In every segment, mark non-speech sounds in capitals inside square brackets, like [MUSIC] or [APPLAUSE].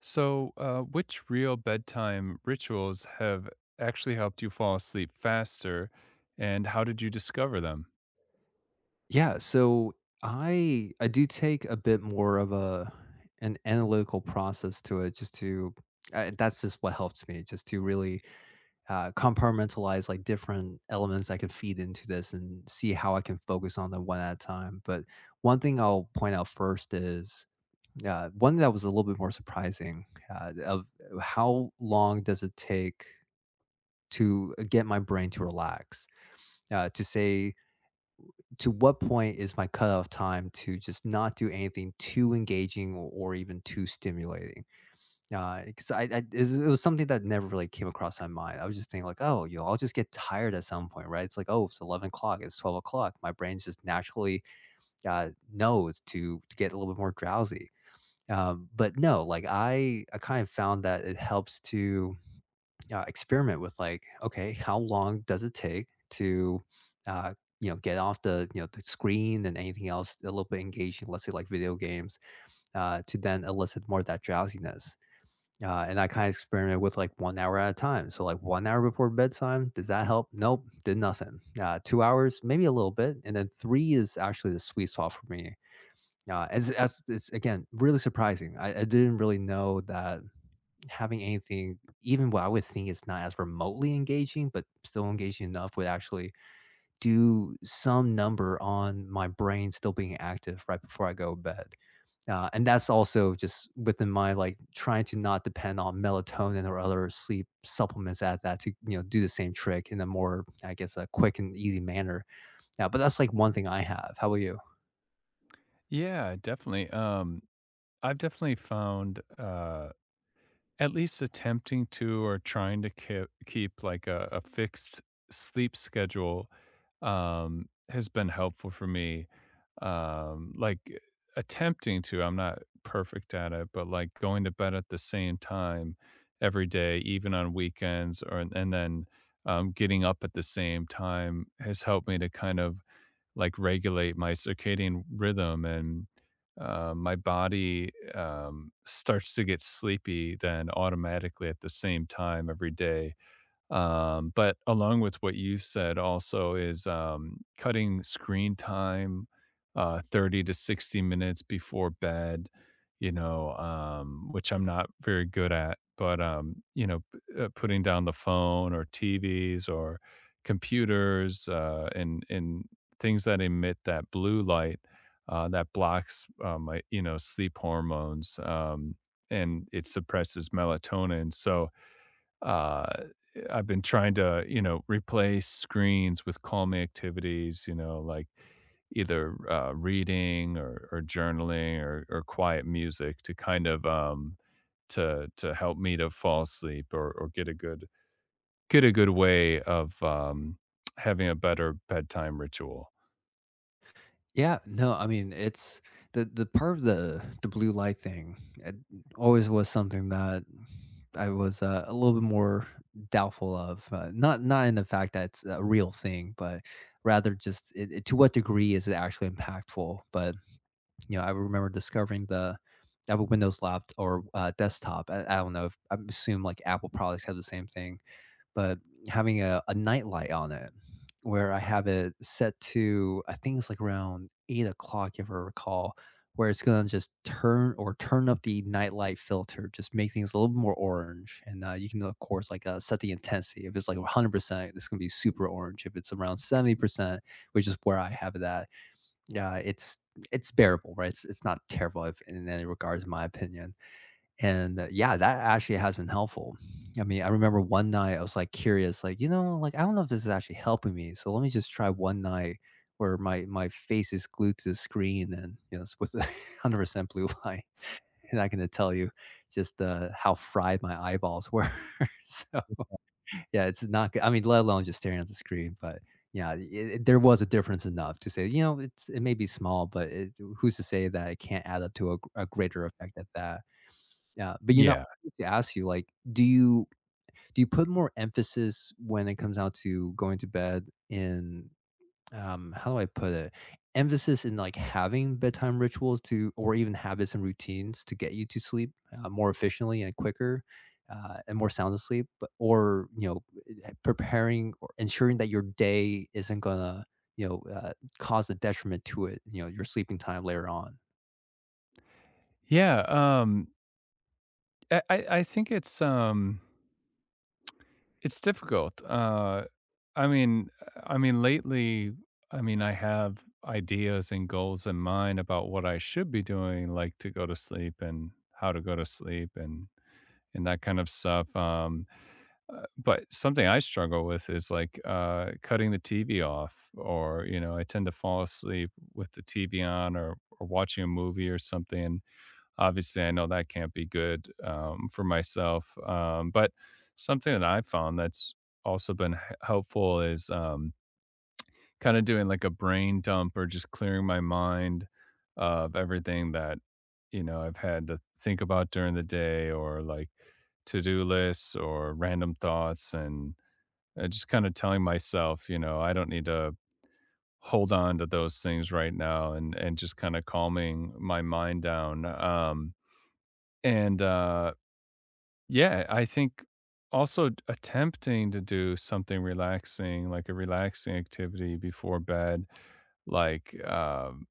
So, which real bedtime rituals have actually helped you fall asleep faster, and how did you discover them? Yeah, so I do take a bit more of a an analytical process to it just to that's just what helps me just to really compartmentalize like different elements I can feed into this and see how I can focus on them one at a time. But one thing I'll point out first is one that was a little bit more surprising of how long does it take to get my brain to relax to say to what point is my cutoff time to just not do anything too engaging or even too stimulating? Because I it was something that never really came across my mind. I was just thinking like, oh, I'll just get tired at some point, right? It's like, oh, it's 11 o'clock, it's 12 o'clock. My brain's just naturally knows to get a little bit more drowsy. But no, like I kind of found that it helps to experiment with like, okay, how long does it take to, uh, get off the you know the screen and anything else a little bit engaging, let's say like video games, to then elicit more of that drowsiness. And I kind of experimented with like 1 hour at a time. So like 1 hour before bedtime, does that help? Nope, did nothing. 2 hours, maybe a little bit, and then three is actually the sweet spot for me. As it's again really surprising. I didn't really know that having anything, even what I would think is not as remotely engaging, but still engaging enough, would actually do some number on my brain still being active right before I go to bed. And that's also just within my like trying to not depend on melatonin or other sleep supplements at that to do the same trick in a more I guess a quick and easy manner. Yeah, but that's like one thing I have. How about you? Yeah, definitely. I've definitely found. At least attempting to or trying to keep like a fixed sleep schedule has been helpful for me. Um, like eh, Attempting to, I'm not perfect at it, but like going to bed at the same time every day, even on weekends, or and then getting up at the same time has helped me to kind of like regulate my circadian rhythm and my body starts to get sleepy then automatically at the same time every day but along with what you said also is, cutting screen time, 30 to 60 minutes before bed, which I'm not very good at, but, you know, p putting down the phone or TVs or computers, and things that emit that blue light, that blocks, my sleep hormones, and it suppresses melatonin, so uh, I've been trying to, replace screens with calming activities, you know, like either reading or journaling or quiet music to kind of to help me to fall asleep or get a good way of having a better bedtime ritual. Yeah, no, I mean, it's the part of the blue light thing, it always was something that I was, a little bit more doubtful of, not in the fact that it's a real thing, but rather just it to what degree is it actually impactful. But, I remember discovering the Apple Windows laptop or, desktop. I don't know if I assume, like, Apple products have the same thing, but having a nightlight on it where I have it set to, I think it's like around 8 o'clock, if I recall, where it's gonna just turn or turn up the nightlight filter, just make things a little bit more orange. And you can, of course, like set the intensity. If it's like 100%, it's gonna be super orange. If it's around 70%, which is where I have it at, yeah, it's bearable, right? It's not terrible if, in any regards, in my opinion. And, yeah, that actually has been helpful. I mean, I remember one night I was, like, curious, like, like, I don't know if this is actually helping me, so let me just try one night where my face is glued to the screen and, it's with 100% [LAUGHS] blue light, [LAUGHS] and I can tell you just, how fried my eyeballs were. [LAUGHS] So, yeah, it's not good, I mean, let alone just staring at the screen. But, yeah, it there was a difference enough to say, it may be small, but it, who's to say that it can't add up to a gr a greater effect at that. Yeah, but, I Yeah, wanted to ask you, like, do you put more emphasis when it comes down to going to bed in, how do I put it? Emphasis in, like, having bedtime rituals to or even habits and routines to get you to sleep, more efficiently and quicker, and more sound asleep, but or, preparing or ensuring that your day isn't gonna, you know, uh, cause a detriment to it, your sleeping time later on? yeah. I think it's it's difficult. I mean, Lately, I have ideas and goals in mind about what I should be doing, like to go to sleep and how to go to sleep and that kind of stuff. But something I struggle with is cutting the TV off, or you know, I tend to fall asleep with the TV on, or watching a movie or something. Obviously, I know that can't be good, for myself, but something that I've found that's also been h helpful is, kinda doing, like, a brain dump or just clearing my mind of everything that, you know, I've had to think about during the day or, like, to-do lists or random thoughts and, just kinda telling myself, you know, I don't need to hold on to those things right now and just kinda calming my mind down, and, uh Yeah, I think also attempting to do something relaxing, like a relaxing activity before bed, like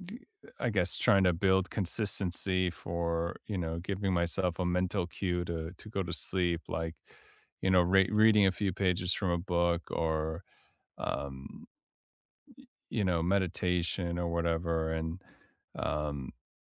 d- I guess trying to build consistency for you know giving myself a mental cue to go to sleep, like you know reading a few pages from a book or um, you know meditation or whatever, and um,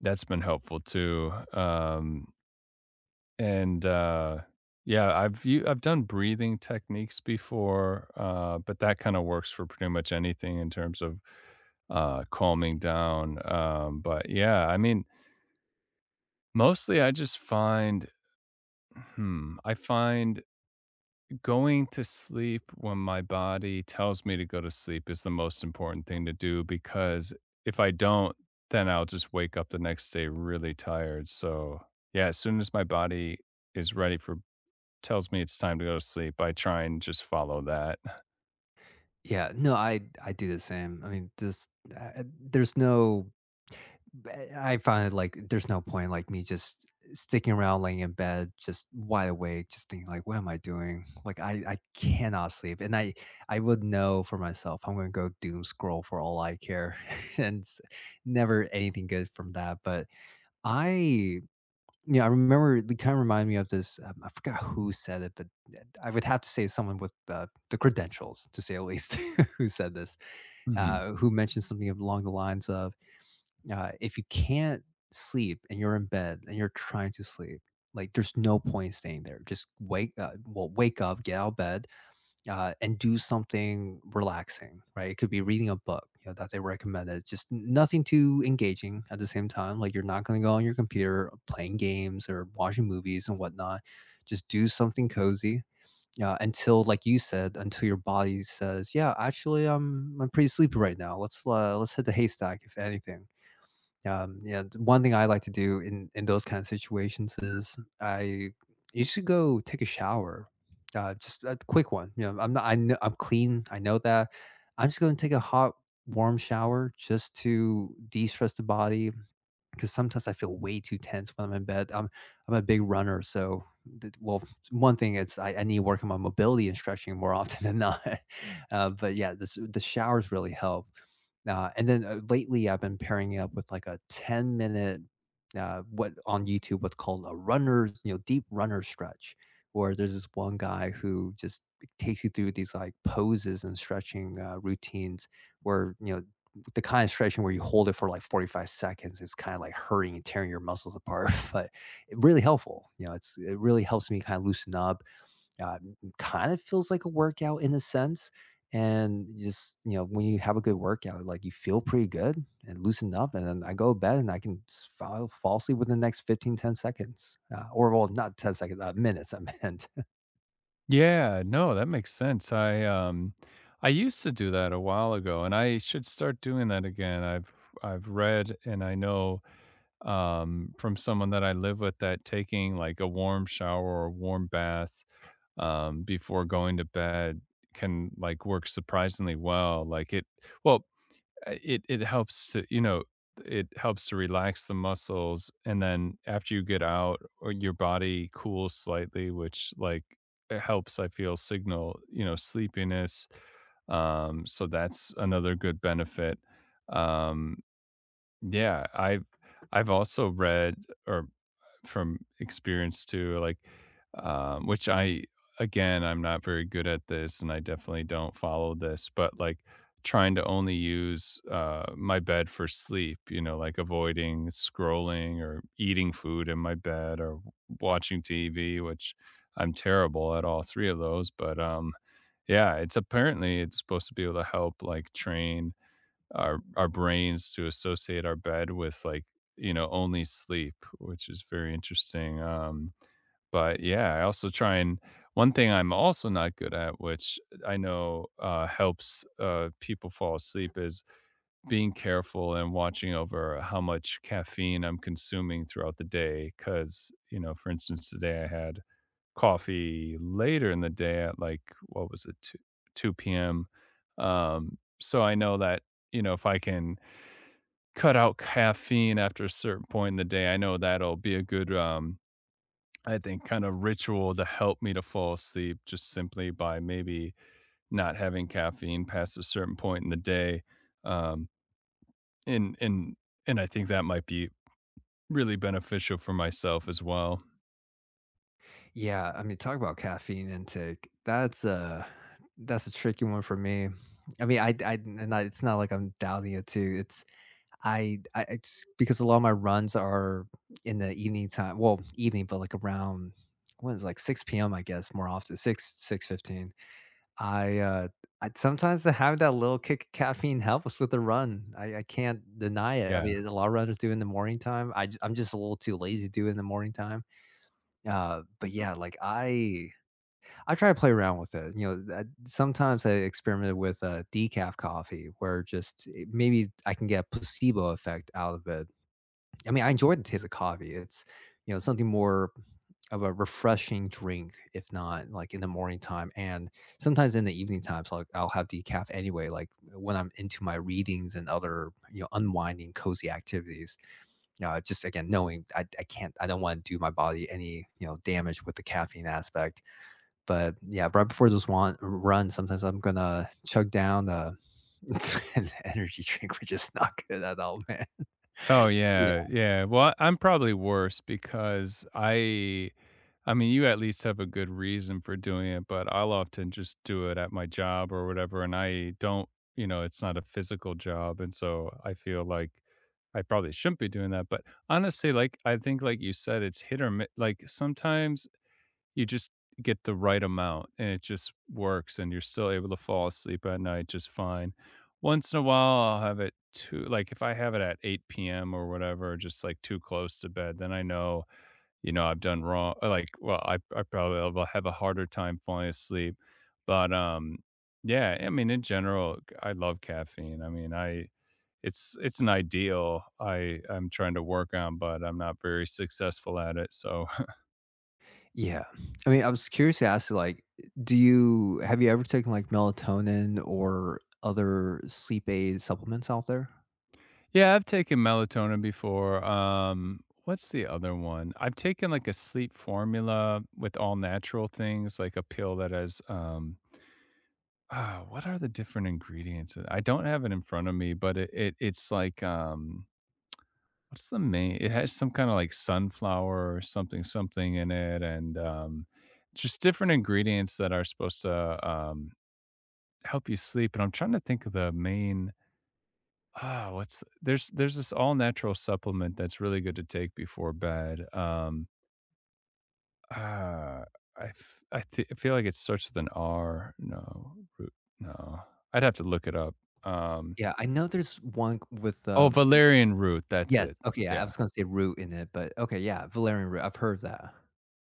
that's been helpful too. And, uh, yeah, I've I've done breathing techniques before, but that kinda works for pretty much anything in terms of, calming down, but yeah, I mean, mostly I just I find going to sleep when my body tells me to go to sleep is the most important thing to do because if I don't, then I'll just wake up the next day really tired, so, yeah, as soon as my body is ready for tells me it's time to go to sleep, I try and just follow that. Yeah, no, I do the same. I mean, just there's no I find it like there's no point like me just sticking around laying in bed just wide awake just thinking like what am I doing? Like I cannot sleep, and I would know for myself I'm going to go doom scroll for all I care [LAUGHS] and never anything good from that. But I yeah, I remember it kind of reminded me of this. I forgot who said it, but I would have to say someone with the credentials, to say at least, [LAUGHS] who said this, Mhm. Who mentioned something along the lines of, if you can't sleep and you're in bed and you're trying to sleep, like, there's no point in staying there. Just wake well, wake up, get out of bed, and do something relaxing. Right, it could be reading a book, that they recommended, just nothing too engaging at the same time, like you're not going to go on your computer playing games or watching movies and whatnot. Just do something cozy, yeah, until like you said, until your body says, "Yeah, actually, I'm pretty sleepy right now. Let's let's hit the haystack, if anything." Yeah, one thing I like to do in those kind of situations is I usually go take a shower, just a quick one. You know, I'm not I know I'm clean. I know that. I'm just going to take a hot, warm shower just to de-stress the body, 'cause sometimes I feel way too tense when I'm in bed. I'm a big runner, so th well, one thing, it's I need to work on my mobility and stretching more [LAUGHS] often than not. [LAUGHS] But yeah, this the showers really help. And then, lately, I've been pairing it up with, like, a 10-minute, what on YouTube, what's called a runner's, deep runner stretch, where there's this one guy who just, like, takes you through these, like, poses and stretching, routines where, the kind of stretching where you hold it for like 45 seconds is kind of like hurting and tearing your muscles apart, [LAUGHS] but it really helpful. You know, it really helps me kind of loosen up. Uh, kind of feels like a workout in a sense. And just, when you have a good workout, like you feel pretty good and loosen up. And then I go to bed and I can fall asleep within the next 15 10 seconds. Or, well, not 10 seconds, minutes, [LAUGHS] I meant. Yeah, no, that makes sense. I used to do that a while ago and I should start doing that again. I've read and I know from someone that I live with that taking like a warm shower or a warm bath before going to bed can like work surprisingly well. Well, It it helps to, you know, it helps to relax the muscles and then after you get out or your body cools slightly, which like it helps I feel signal, you know, sleepiness. So that's another good benefit. Um yeah, I have I've also read or from experience too, like, which I again, I'm not very good at this, and I definitely don't follow this, but like trying to only use my bed for sleep, you know, like avoiding scrolling or eating food in my bed or watching TV, which I'm terrible at all three of those, but yeah, it's apparently it's supposed to be able to help like train our brains to associate our bed with like you know only sleep, which is very interesting. But Yeah, I also try and one thing I'm also not good at, which I know helps people fall asleep, is being careful and watching over how much caffeine I'm consuming throughout the day, cuz you know for instance today I had coffee later in the day at like what was it 2 p.m. So I know that you know if I can cut out caffeine after a certain point in the day. I know that'll be a good, I think, kind of ritual to help me to fall asleep just simply by maybe not having caffeine past a certain point in the day. Um, and and and I think that might be really beneficial for myself as well. Yeah, I mean, talk about caffeine intake. That's a tricky one for me. I mean, it's not like I'm doubting it too. It's I it's because a lot of my runs are in the evening time. Well, evening, but like around when it's like 6 p.m. I guess, more often 6 6:15. I uh I sometimes, to have that little kick of caffeine helps with the run. I can't deny it. I Yeah. mean, a lot of runners do in the morning time. I'm just a little too lazy to do it in the morning time, but yeah, like I try to play around with it. You know, that sometimes I experimented with decaf coffee, where just, maybe I can get a placebo effect out of it. I mean, I enjoy the taste of coffee. It's, something more of a refreshing drink, if not like in the morning time, and sometimes in the evening times. Like I'll have decaf anyway, like when I'm into my readings and other, unwinding, cozy activities. Just again, knowing I can't, I don't want to do my body any, damage with the caffeine aspect. But yeah, right before this one run, sometimes I'm gonna chug down a [LAUGHS] an energy drink, which is not good at all, [LAUGHS] man. Oh Yeah. yeah, yeah. Well, I'm probably worse because I mean, you at least have a good reason for doing it, but I'll often just do it at my job or whatever and I don't, you know, it's not a physical job and so I feel like I probably shouldn't be doing that, but like I think like you said, it's hit or miss. Like sometimes you just get the right amount and it just works and you're still able to fall asleep at night just fine. Once in a while, I'll have it too, like, if I have it at 8 p.m. or whatever, just, like, too close to bed, then I know, you know, I've done wrong or, like, well, I probably will have a harder time falling asleep, but yeah, I mean, in general, I love caffeine. I mean, I It's an ideal I'm trying to work on, but I'm not very successful at it, so Yeah. I mean, I was curious to ask, like, do you have you ever taken like melatonin or other sleep aid supplements out there? Yeah, I've taken melatonin before. What's the other one? I've taken like a sleep formula with all natural things, like a pill that has ah, what are the different ingredients? I don't have it in front of me, but it it's like what's the main, it has some kind of like sunflower or something something in it and just different ingredients that are supposed to help you sleep. And I'm trying to think of the main Ah, what's there's this all natural supplement that's really good to take before bed. Ah, I f- I th- I feel like it starts with an R. No, root. No, I'd have to look it up. Um, Yeah, I know there's one with, oh, valerian root. That's yes, it. okay, yeah, I Yeah, was gonna say root in it, but okay, yeah, valerian root. I've heard of that.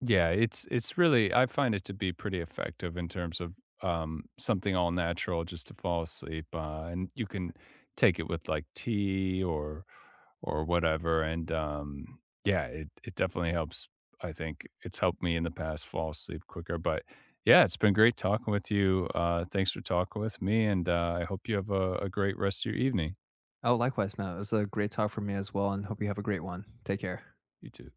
yeah. It's really I find it to be pretty effective in terms of something all natural just to fall asleep. And you can take it with like tea or whatever. And yeah, it definitely helps. I think it's helped me in the past fall asleep quicker. But yeah, it's been great talking with you. Thanks for talking with me. And I hope you have a great rest of your evening. Oh, likewise, man. It was a great talk for me as well, and hope you have a great one. Take care. You too.